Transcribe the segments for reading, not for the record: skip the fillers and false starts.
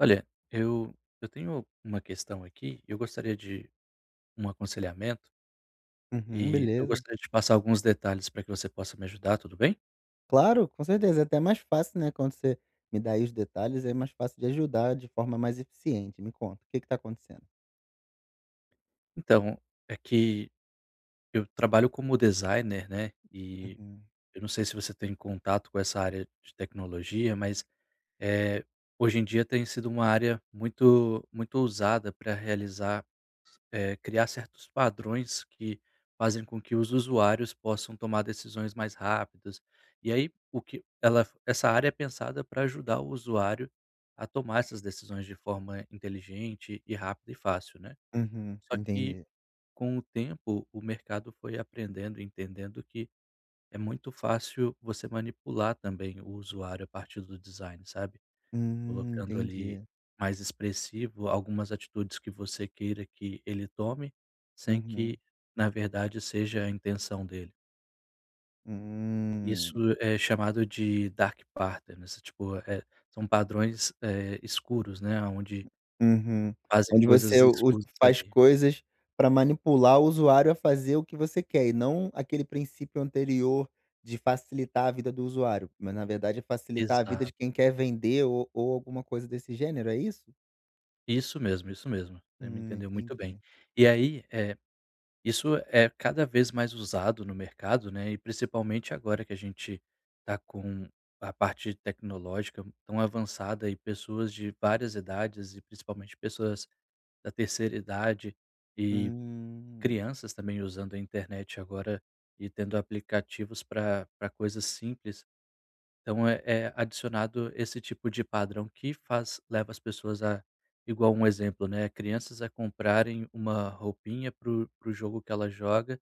Olha, eu tenho uma questão aqui, eu gostaria de um aconselhamento Uhum, e eu beleza. gostaria de passar alguns detalhes para que você possa me ajudar, tudo bem? Claro, com certeza, é até mais fácil, né, quando você me dá aí os detalhes, é mais fácil de ajudar de forma mais eficiente. Me conta, o que que tá acontecendo? Então, é que eu trabalho como designer, né? E Uhum, eu não sei se você tem contato com essa área de tecnologia, mas eh, hoje em dia tem sido uma área muito muito usada para realizar, criar certos padrões que fazem com que os usuários possam tomar decisões mais rápidas. E aí, o que ela essa área é pensada para ajudar o usuário a tomar essas decisões de forma inteligente e rápida e fácil, né. uhum, Só que entendi. com o tempo, o mercado foi aprendendo e entendendo que é muito fácil você manipular também o usuário a partir do design, sabe. Colocando ali Entendi. mais expressivo algumas atitudes que você queira que ele tome, sem Uhum, que, na verdade, seja a intenção dele. Isso hum, é chamado de dark patterns, tipo, são padrões, escuros, né, onde uhum. fazem Onde coisas você u escuras faz ali. coisas para manipular o usuário a fazer o que você quer, e não aquele princípio anterior de facilitar a vida do usuário, mas na verdade é facilitar a vida de Exato. quem quer vender ou alguma coisa desse gênero, é isso? Isso mesmo, isso mesmo. Você me entendeu muito bem. Entendi. E aí, isso é cada vez mais usado no mercado, né, e principalmente agora que a gente tá com a parte tecnológica tão avançada e pessoas de várias idades e principalmente pessoas da terceira idade e Hum. crianças também usando a internet agora e tendo aplicativos para pra coisas simples. Então é adicionado esse tipo de padrão que faz leva as pessoas a, igual um exemplo, né, crianças a comprarem uma roupinha para o jogo que ela joga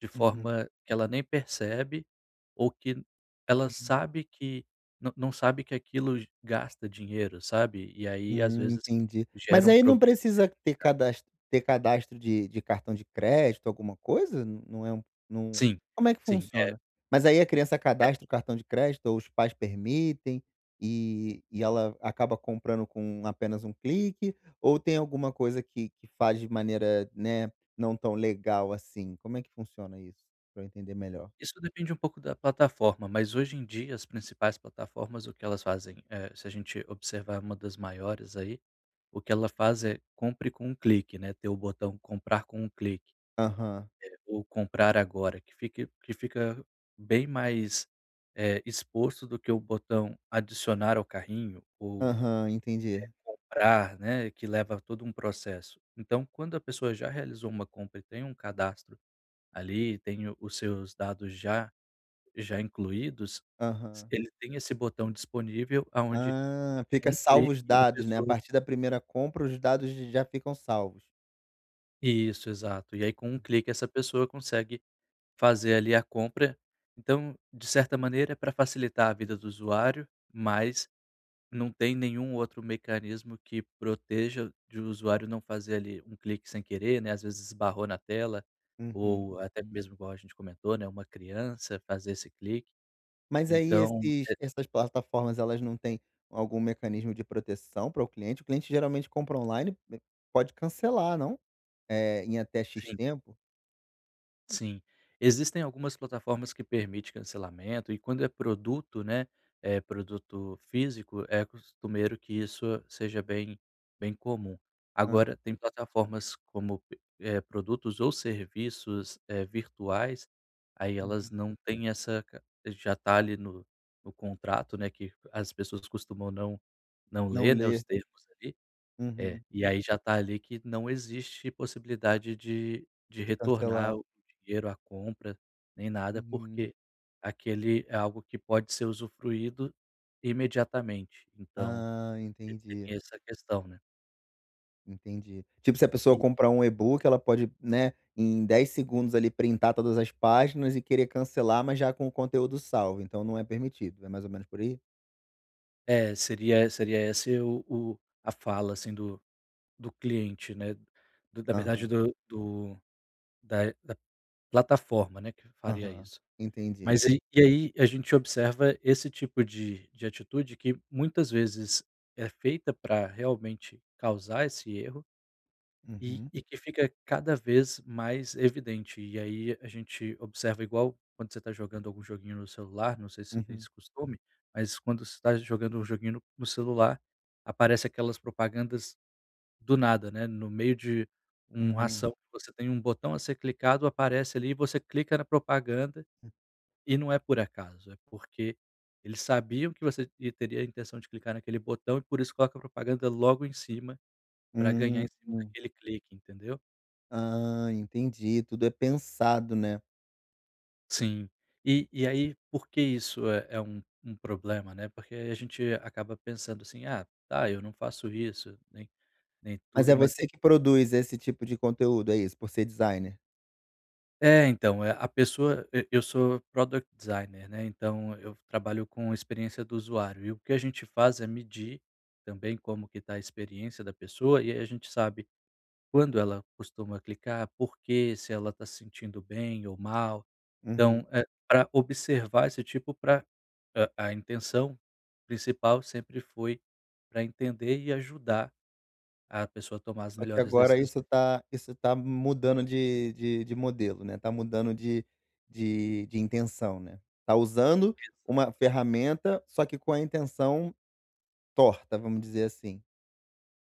de Uhum, forma que ela nem percebe, ou que ela uhum. sabe que não não sabe que aquilo gasta dinheiro, sabe. E aí, às vezes, Entendi. gera Mas um aí não problema. precisa ter cadastro de cartão de crédito, alguma coisa? Não é um não, Sim, como é que sim. É funciona? Mas aí a criança é cadastra o cartão de crédito ou os pais permitem, e ela acaba comprando com apenas um clique, ou tem alguma coisa que faz de maneira, né, não tão legal assim? Como é que funciona isso? Para eu entender melhor. isso depende um pouco da plataforma, mas hoje em dia as principais plataformas, o que elas fazem, se a gente observar uma das maiores aí, o que ela faz é compre com um clique, né, ter o botão comprar com um clique. Aham. Ou comprar agora, que fique que fica bem mais, exposto do que o botão adicionar ao carrinho ou Aham, entendi. comprar, né, que leva todo um processo. Então, quando a pessoa já realizou uma compra e tem um cadastro ali, tem o os seus dados já incluídos, s Aham. ele tem esse botão disponível aonde Ah, fica um salvo clique os e a dados, né, a pessoa partir da primeira compra os dados j já ficam salvos. isso, exato. E aí com um Hum. clique essa pessoa consegue fazer ali a compra. Então, de certa maneira, é para facilitar a vida do usuário, mas não tem nenhum outro mecanismo que proteja de o usuário não fazer ali um clique sem querer, né, às vezes esbarrou na tela, Uhum. ou até mesmo igual a gente comentou, né, uma criança fazer esse clique. Mas aí Então, é, esses essas plataformas elas não têm algum mecanismo de proteção para o cliente? O cliente geralmente compra online, pode cancelar não? Eh, em até "X" sim. tempo? Sim. Existem algumas plataformas que permitem cancelamento e quando é produto, né, é produto físico, é costumeiro que isso seja bem bem comum. Aham, Agora tem plataformas como, produtos ou serviços, virtuais, aí elas uhum. não têm essa ca já tá ali no contrato, né, que as pessoas costumam não Não ler, né, ler. os termos ali, é, Uhum. e aí já tá ali que não existe possibilidade de De retornar cancelar. o dinheiro, a compra, nem nada, Uhum. porque aquele é algo que pode ser usufruído imediatamente, então Ah, entendi, tem essa questão, né. entendi. Tipo, se a pessoa E comprar um e-book, ela pode, né, em 10 segundos ali printar todas as páginas e querer cancelar, mas já com o conteúdo salvo, então não é permitido, é mais ou menos por aí? é, seria esse o a fala, assim, do cliente, né, do na verdade Aham, do do da da plataforma, né, que faria aham, isso. entendi. Mas aí a gente observa esse tipo de atitude que muitas vezes é feita para realmente causar esse erro e Uhum, e que fica cada vez mais evidente. E aí a gente observa igual quando você está jogando algum joguinho no celular, não sei se você tem uhum, esse costume, mas quando você está jogando um joguinho no celular, aparece aquelas propagandas do nada, né, no meio de uma uhum. ação você tem um botão a ser clicado, aparece ali e você clica na propaganda e não é por acaso, é porque eles sabiam que você teria a intenção de clicar naquele botão e por isso coloca a propaganda logo em cima, para ganhar em cima Hum. daquele clique, entendeu? Ah, entendi, tudo é pensado, né. Sim. Aí, por que isso é um problema, né, porque a gente acaba pensando assim: "Ah, tá, eu não faço isso, nem tudo", mas Você que produz esse tipo de conteúdo, é isso? Por ser designer? é, então, eh, a pessoa e eu sou Product Designer, né, então eu trabalho com experiência do usuário e o que a gente faz é medir também como que está a experiência da pessoa e aí a gente sabe quando ela costuma clicar, por quê, se ela está se sentindo bem ou mal. Uhum. Então, eh, pra observar esse tipo para a intenção principal sempre foi para entender e ajudar a pessoa a tomar as Só que melhores agora decisões. isso tá mudando de modelo, né, tá mudando de intenção, né. Tá usando uma ferramenta, só que com a intenção torta, vamos dizer assim.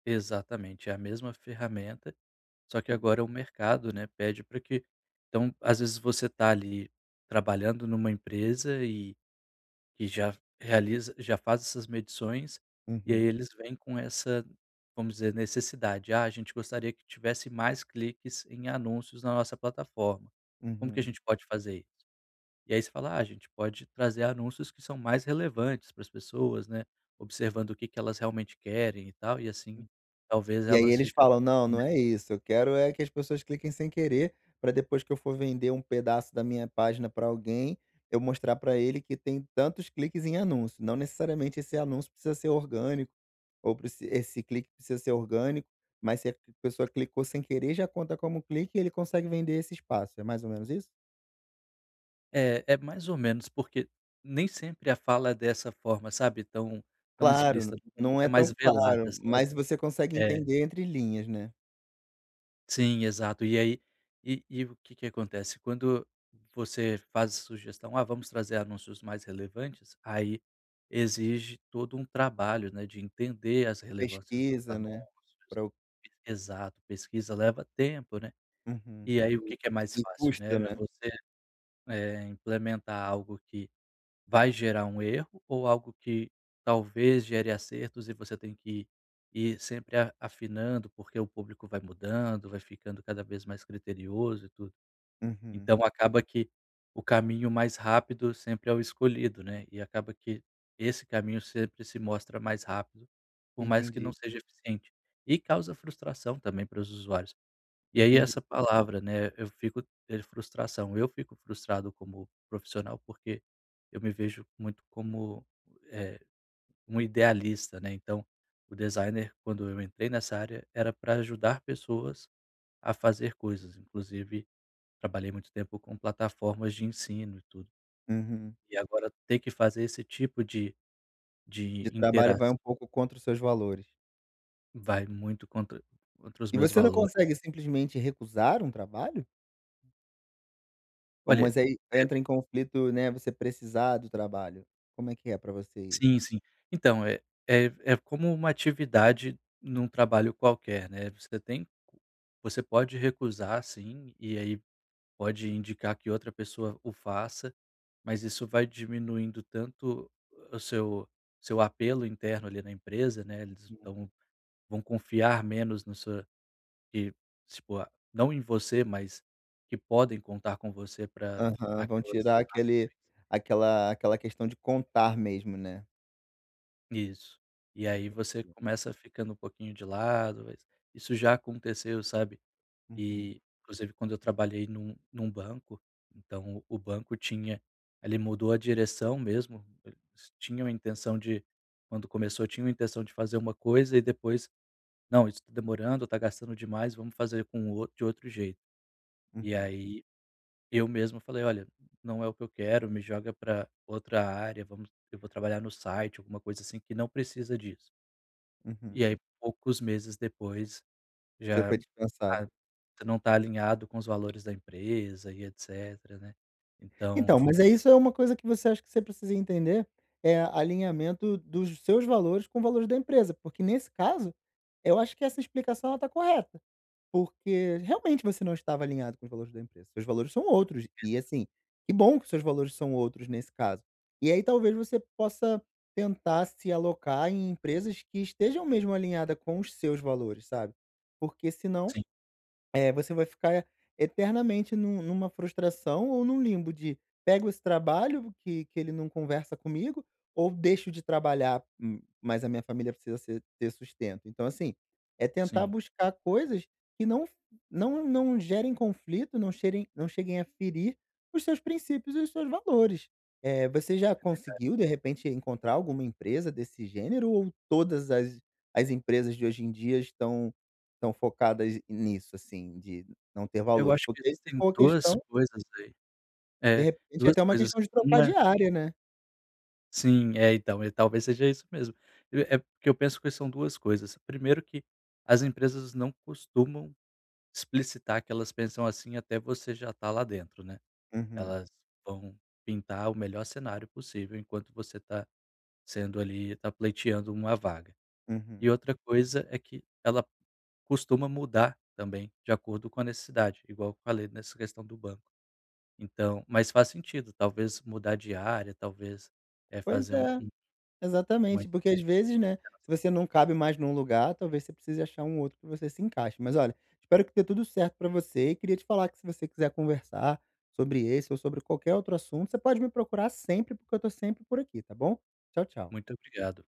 Exatamente, é a mesma ferramenta. Só que agora o mercado, né, pede para que, então, às vezes você está ali trabalhando numa empresa e que já faz essas medições, e aí Uhum, eles vêm com essa, vamos dizer, necessidade: "Ah, a gente gostaria que tivesse mais cliques em anúncios na nossa plataforma. Como que a uhum. gente pode fazer isso?" E aí você fala: "Ah, a gente pode trazer anúncios que são mais relevantes para as pessoas, né, observando o que que elas realmente querem e tal", e assim talvez E aí elas eles ficarem. falam: "Não, não é isso, eu quero é que as pessoas cliquem sem querer, para depois que eu for vender um pedaço da minha página para alguém, eu mostrar para ele que tem tantos cliques em anúncio, não necessariamente esse anúncio precisa ser orgânico, ou preci esse clique precisa ser orgânico, mas se a pessoa clicou sem querer, já conta como clique e ele consegue vender esse espaço", é mais ou menos isso? É, é mais ou menos, porque nem sempre a fala é dessa forma, sabe, tão tão Claro, explícita, não normalmente é é tão mais velada, claro, mas sabe. você consegue É, entender entre linhas, né. sim, exato. E aí, o que que acontece, quando você faz a sugestão: "Ah, vamos trazer anúncios mais relevantes", aí exige todo um trabalho, né, de entender as relevâncias dos Pesquisa, né, anúncios. pra o Exato, pesquisa leva tempo, né. uhum. E aí o que que é mais E fácil, né, custa, é né. você, implementar algo que vai gerar um erro ou algo que talvez gere acertos e você tem que ir sempre a afinando, porque o público vai mudando, vai ficando cada vez mais criterioso e tudo. Uhum. Então acaba que o caminho mais rápido sempre é o escolhido, né, e acaba que esse caminho sempre se mostra mais rápido, por mais que não Entendi, seja eficiente. E causa frustração também para os usuários. E aí entendi. essa palavra, né, eu fico, frustração. Eu fico frustrado como profissional, porque eu me vejo muito como, eh, um idealista, né, então o designer, quando eu entrei nessa área, era para ajudar pessoas a fazer coisas, inclusive trabalhei muito tempo com plataformas de ensino e tudo. Uhum. E agora ter que fazer esse tipo de De trabalho vai interação um pouco contra os seus valores. vai muito contra os E meus você não valores. consegue simplesmente recusar um trabalho? Ou Olha. mas aí entra em conflito, né, você precisar do trabalho. Como é que é pra você isso? Sim, sim. Então, é como uma atividade num trabalho qualquer, né, você pode recusar sim, e aí pode indicar que outra pessoa o faça, mas isso vai diminuindo tanto o seu apelo interno ali na empresa, né, eles Hum. então vão confiar menos no seu, que tipo, ah, não em você, mas que podem contar com você para Aham, vão aquelas. tirar aquele aquela questão de contar mesmo, né. Isso. E aí Entendi. você começa ficando um pouquinho de lado, mas isso já aconteceu, sabe. Uhum, E, inclusive, quando eu trabalhei num banco, então o banco tinha ele mudou a direção mesmo, eles tinham a intenção de quando começou, tinham a intenção de fazer uma coisa e depois: "Não, isso tá demorando, tá gastando demais, vamos fazer com o de outro jeito". E uhum, aí eu mesmo falei: "Olha, não é o que eu quero, me joga para outra área, vamos eu vou trabalhar no site", alguma coisa assim que não precisa disso. E uhum. aí poucos meses depois Você já, foi dispensado. ah, você não está alinhado com os valores da empresa e etcétera, né. Então, Então, mas é isso é uma coisa que você acha que você precisa entender, é alinhamento dos seus valores com valores da empresa, porque nesse caso, eu acho que essa explicação ela tá correta, porque realmente você não estava alinhado com os valores da empresa, seus valores são outros, e assim, que bom que seus valores são outros nesse caso. E aí talvez você possa tentar se alocar em empresas que estejam mesmo alinhada com os seus valores, sabe. Porque senão sim, é, você vai ficar eternamente num numa frustração ou num limbo de: "Pego esse trabalho que ele não conversa comigo, ou deixo de trabalhar, mas a minha família precisa ser ter sustento". Então, assim, é tentar sim. buscar coisas que não gerem conflito, não cheguem a ferir os seus princípios e os seus valores. Eh, você já conseguiu, de repente, encontrar alguma empresa desse gênero ou todas as empresas de hoje em dia estão tão focadas nisso, assim, de não ter Eu valores, acho que porque se existem for uma 2 questão, coisas aí. de É, repente, é duas até uma coisas. questão de trocar Uma. de área, né. Sim, é então, e talvez seja isso mesmo. É, é porque eu penso que são 2 coisas. Primeiro que as empresas não costumam explicitar que elas pensam assim até você já tá lá dentro, né. Uhum, Elas vão pintar o melhor cenário possível enquanto você está sendo ali tá pleiteando uma vaga. E uhum. outra coisa é que ela costuma mudar também de acordo com a necessidade, igual eu falei nessa questão do banco. Então, mas faz sentido, talvez mudar de área, talvez, é Pois fazer. Um é. um uma Exatamente, porque às vezes, né, se você não cabe mais num lugar, talvez você precise achar um outro que você se encaixe. Mas olha, espero que dê tudo certo pra você e queria te falar que se você quiser conversar sobre esse ou sobre qualquer outro assunto, você pode me procurar sempre, porque eu tô sempre por aqui, tá bom? Tchau, tchau. Muito obrigado.